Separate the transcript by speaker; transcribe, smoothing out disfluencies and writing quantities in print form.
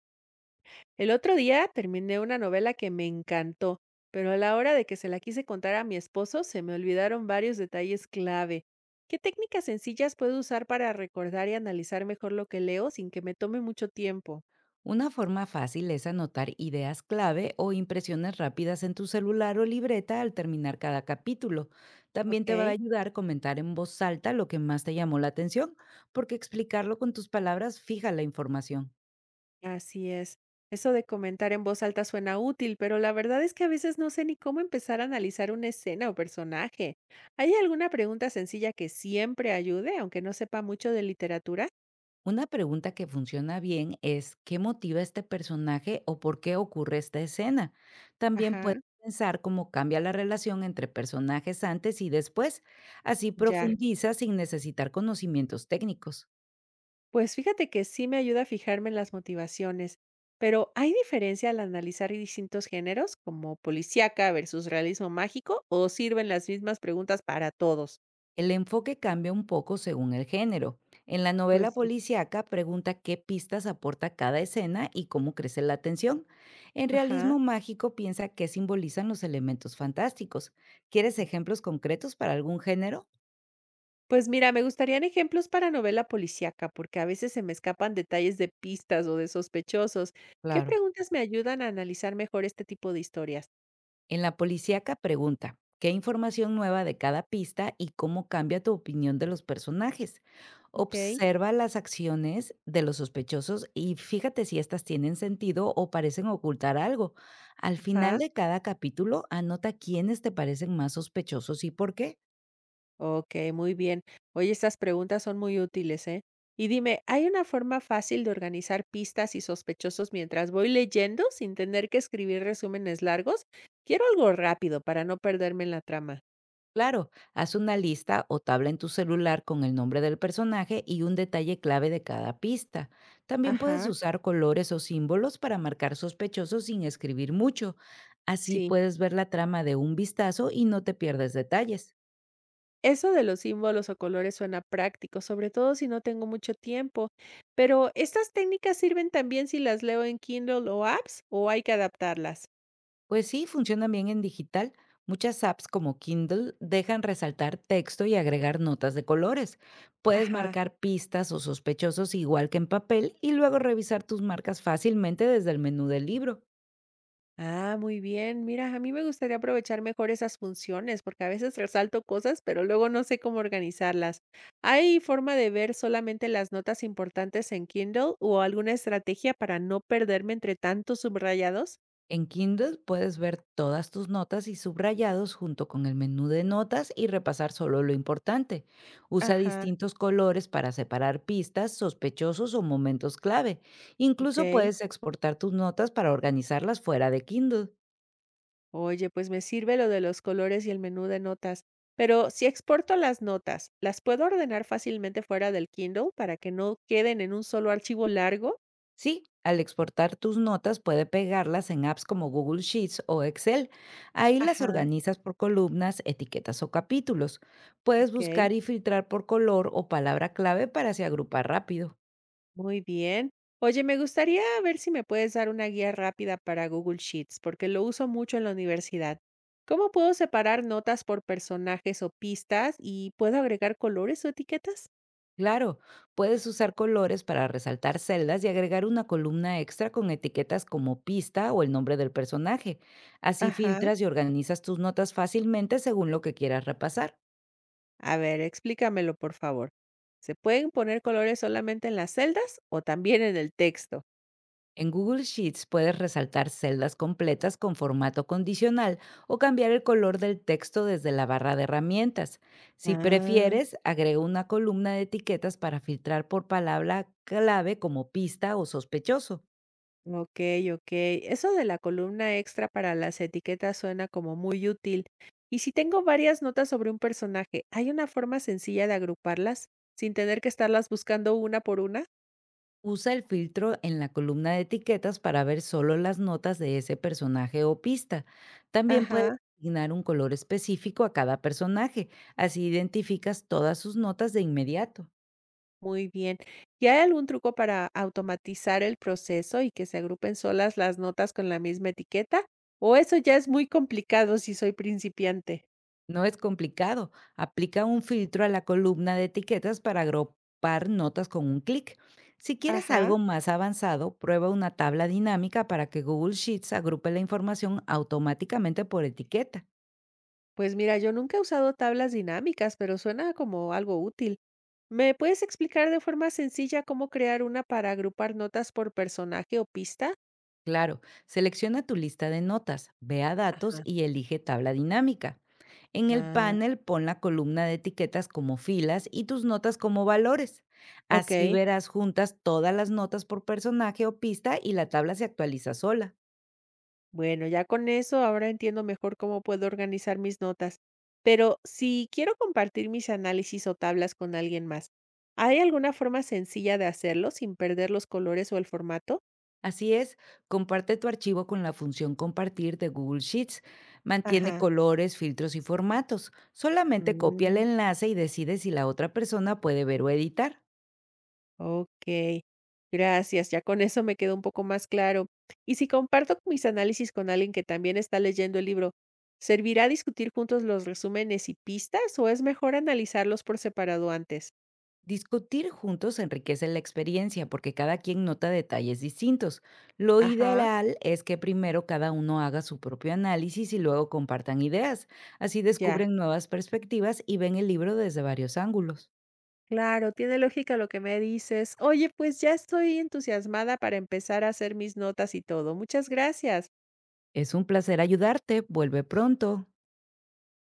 Speaker 1: El otro día terminé una novela que me encantó, pero a la hora de que se la quise contar a mi esposo se me olvidaron varios detalles clave. ¿Qué técnicas sencillas puedo usar para recordar y analizar mejor lo que leo sin que me tome mucho tiempo?
Speaker 2: Una forma fácil es anotar ideas clave o impresiones rápidas en tu celular o libreta al terminar cada capítulo. También te va a
Speaker 1: Ok.
Speaker 2: ayudar comentar en voz alta lo que más te llamó la atención, porque explicarlo con tus palabras fija la información.
Speaker 1: Así es. Eso de comentar en voz alta suena útil, pero la verdad es que a veces no sé ni cómo empezar a analizar una escena o personaje. ¿Hay alguna pregunta sencilla que siempre ayude, aunque no sepa mucho de literatura?
Speaker 2: Una pregunta que funciona bien es ¿qué motiva a este personaje o por qué ocurre esta escena? También
Speaker 1: Ajá,
Speaker 2: puedes pensar cómo cambia la relación entre personajes antes y después. Así
Speaker 1: ya.
Speaker 2: profundiza sin necesitar conocimientos técnicos.
Speaker 1: Pues fíjate que sí me ayuda a fijarme en las motivaciones, pero ¿hay diferencia al analizar distintos géneros, como policíaca versus realismo mágico, o sirven las mismas preguntas para todos?
Speaker 2: El enfoque cambia un poco según el género. En la
Speaker 1: Pues
Speaker 2: novela
Speaker 1: sí.
Speaker 2: policíaca pregunta qué pistas aporta cada escena y cómo crece la tensión. En
Speaker 1: Ajá.
Speaker 2: realismo mágico piensa qué simbolizan los elementos fantásticos. ¿Quieres ejemplos concretos para algún género?
Speaker 1: Pues mira, me gustarían ejemplos para novela policíaca, porque a veces se me escapan detalles de pistas o de sospechosos. ¿Qué
Speaker 2: Claro.
Speaker 1: preguntas me ayudan a analizar mejor este tipo de historias?
Speaker 2: En la policíaca pregunta, ¿qué información nueva de cada pista y cómo cambia tu opinión de los personajes?
Speaker 1: Ok.
Speaker 2: Observa las acciones de los sospechosos y fíjate si estas tienen sentido o parecen ocultar algo. Al final
Speaker 1: Ajá.
Speaker 2: de cada capítulo, anota quiénes te parecen más sospechosos y por qué.
Speaker 1: Okey, muy bien. Oye, estas preguntas son muy útiles, ¿eh? Y dime, ¿hay una forma fácil de organizar pistas y sospechosos mientras voy leyendo, sin tener que escribir resúmenes largos? Quiero algo rápido para no perderme en la trama.
Speaker 2: Claro, haz una lista o tabla en tu celular con el nombre del personaje y un detalle clave de cada pista. También puedes
Speaker 1: Ajá.
Speaker 2: usar colores o símbolos para marcar sospechosos sin escribir mucho. Así
Speaker 1: Sí,
Speaker 2: puedes ver la trama de un vistazo y no te pierdes detalles.
Speaker 1: eso de los símbolos o colores suena práctico, sobre todo si no tengo mucho tiempo. Pero, ¿estas técnicas sirven también si las leo en Kindle o apps, o hay que adaptarlas?
Speaker 2: Pues sí, funciona bien en digital. Muchas apps como Kindle dejan resaltar texto y agregar notas de colores. Puedes
Speaker 1: Ajá.
Speaker 2: marcar pistas o sospechosos igual que en papel y luego revisar tus marcas fácilmente desde el menú del libro.
Speaker 1: Ah, muy bien. Mira, a mí me gustaría aprovechar mejor esas funciones, porque a veces resalto cosas, pero luego no sé cómo organizarlas. ¿Hay forma de ver solamente las notas importantes en Kindle o alguna estrategia para no perderme entre tantos subrayados?
Speaker 2: En Kindle puedes ver todas tus notas y subrayados junto con el menú de notas y repasar solo lo importante. Usa
Speaker 1: Ajá,
Speaker 2: distintos colores para separar pistas, sospechosos o momentos clave. Incluso
Speaker 1: ok.
Speaker 2: puedes exportar tus notas para organizarlas fuera de Kindle.
Speaker 1: Oye, pues me sirve lo de los colores y el menú de notas. Pero si exporto las notas, ¿las puedo ordenar fácilmente fuera del Kindle para que no queden en un solo archivo largo?
Speaker 2: Sí, al exportar tus notas puede pegarlas en apps como Google Sheets o Excel. Ahí las
Speaker 1: Ajá,
Speaker 2: organizas por columnas, etiquetas o capítulos. Puedes
Speaker 1: ok.
Speaker 2: buscar y filtrar por color o palabra clave para así agrupar rápido.
Speaker 1: Muy bien. Oye, me gustaría ver si me puedes dar una guía rápida para Google Sheets, porque lo uso mucho en la universidad. ¿Cómo puedo separar notas por personajes o pistas y puedo agregar colores o etiquetas?
Speaker 2: Claro, puedes usar colores para resaltar celdas y agregar una columna extra con etiquetas como pista o el nombre del personaje. Así
Speaker 1: Ajá.
Speaker 2: filtras y organizas tus notas fácilmente según lo que quieras repasar.
Speaker 1: A ver, explícamelo, por favor. ¿Se pueden poner colores solamente en las celdas o también en el texto?
Speaker 2: En Google Sheets puedes resaltar celdas completas con formato condicional o cambiar el color del texto desde la barra de herramientas. Si
Speaker 1: Ah.
Speaker 2: prefieres, agrega una columna de etiquetas para filtrar por palabra clave como pista o sospechoso.
Speaker 1: Okey, okey. Eso de la columna extra para las etiquetas suena como muy útil. Y si tengo varias notas sobre un personaje, ¿hay una forma sencilla de agruparlas sin tener que estarlas buscando una por una?
Speaker 2: Usa el filtro en la columna de etiquetas para ver solo las notas de ese personaje o pista. También puedes
Speaker 1: Ajá,
Speaker 2: asignar un color específico a cada personaje, así identificas todas sus notas de inmediato.
Speaker 1: muy bien. ¿Y hay algún truco para automatizar el proceso y que se agrupen solas las notas con la misma etiqueta? ¿O eso ya es muy complicado si soy principiante?
Speaker 2: No es complicado, aplica un filtro a la columna de etiquetas para agrupar notas con un clic. Si quieres
Speaker 1: Ajá.
Speaker 2: algo más avanzado, prueba una tabla dinámica para que Google Sheets agrupe la información automáticamente por etiqueta.
Speaker 1: Pues mira, yo nunca he usado tablas dinámicas, pero suena como algo útil. ¿Me puedes explicar de forma sencilla cómo crear una para agrupar notas por personaje o pista?
Speaker 2: Claro, selecciona tu lista de notas, ve a datos
Speaker 1: Ajá.
Speaker 2: y elige tabla dinámica. En el
Speaker 1: Ah.
Speaker 2: panel pon la columna de etiquetas como filas y tus notas como valores.
Speaker 1: Ok,
Speaker 2: Así verás juntas todas las notas por personaje o pista y la tabla se actualiza sola.
Speaker 1: bueno, ya con eso ahora entiendo mejor cómo puedo organizar mis notas. Pero si quiero compartir mis análisis o tablas con alguien más, ¿hay alguna forma sencilla de hacerlo sin perder los colores o el formato?
Speaker 2: Así es, comparte tu archivo con la función compartir de Google Sheets. Mantiene
Speaker 1: Ajá.
Speaker 2: colores, filtros y formatos. Solamente copia el
Speaker 1: Mm.
Speaker 2: enlace y decide si la otra persona puede ver o editar.
Speaker 1: Okey, gracias, ya con eso me quedó un poco más claro. Y si comparto mis análisis con alguien que también está leyendo el libro, ¿servirá discutir juntos los resúmenes y pistas o es mejor analizarlos por separado antes?
Speaker 2: Discutir juntos enriquece la experiencia porque cada quien nota detalles distintos. Lo
Speaker 1: Ajá.
Speaker 2: ideal es que primero cada uno haga su propio análisis y luego compartan ideas. Así
Speaker 1: Ya,
Speaker 2: descubren nuevas perspectivas y ven el libro desde varios ángulos.
Speaker 1: claro, tiene lógica lo que me dices. Oye, pues ya estoy entusiasmada para empezar a hacer mis notas y todo. Muchas gracias.
Speaker 2: Es un placer ayudarte. Vuelve pronto.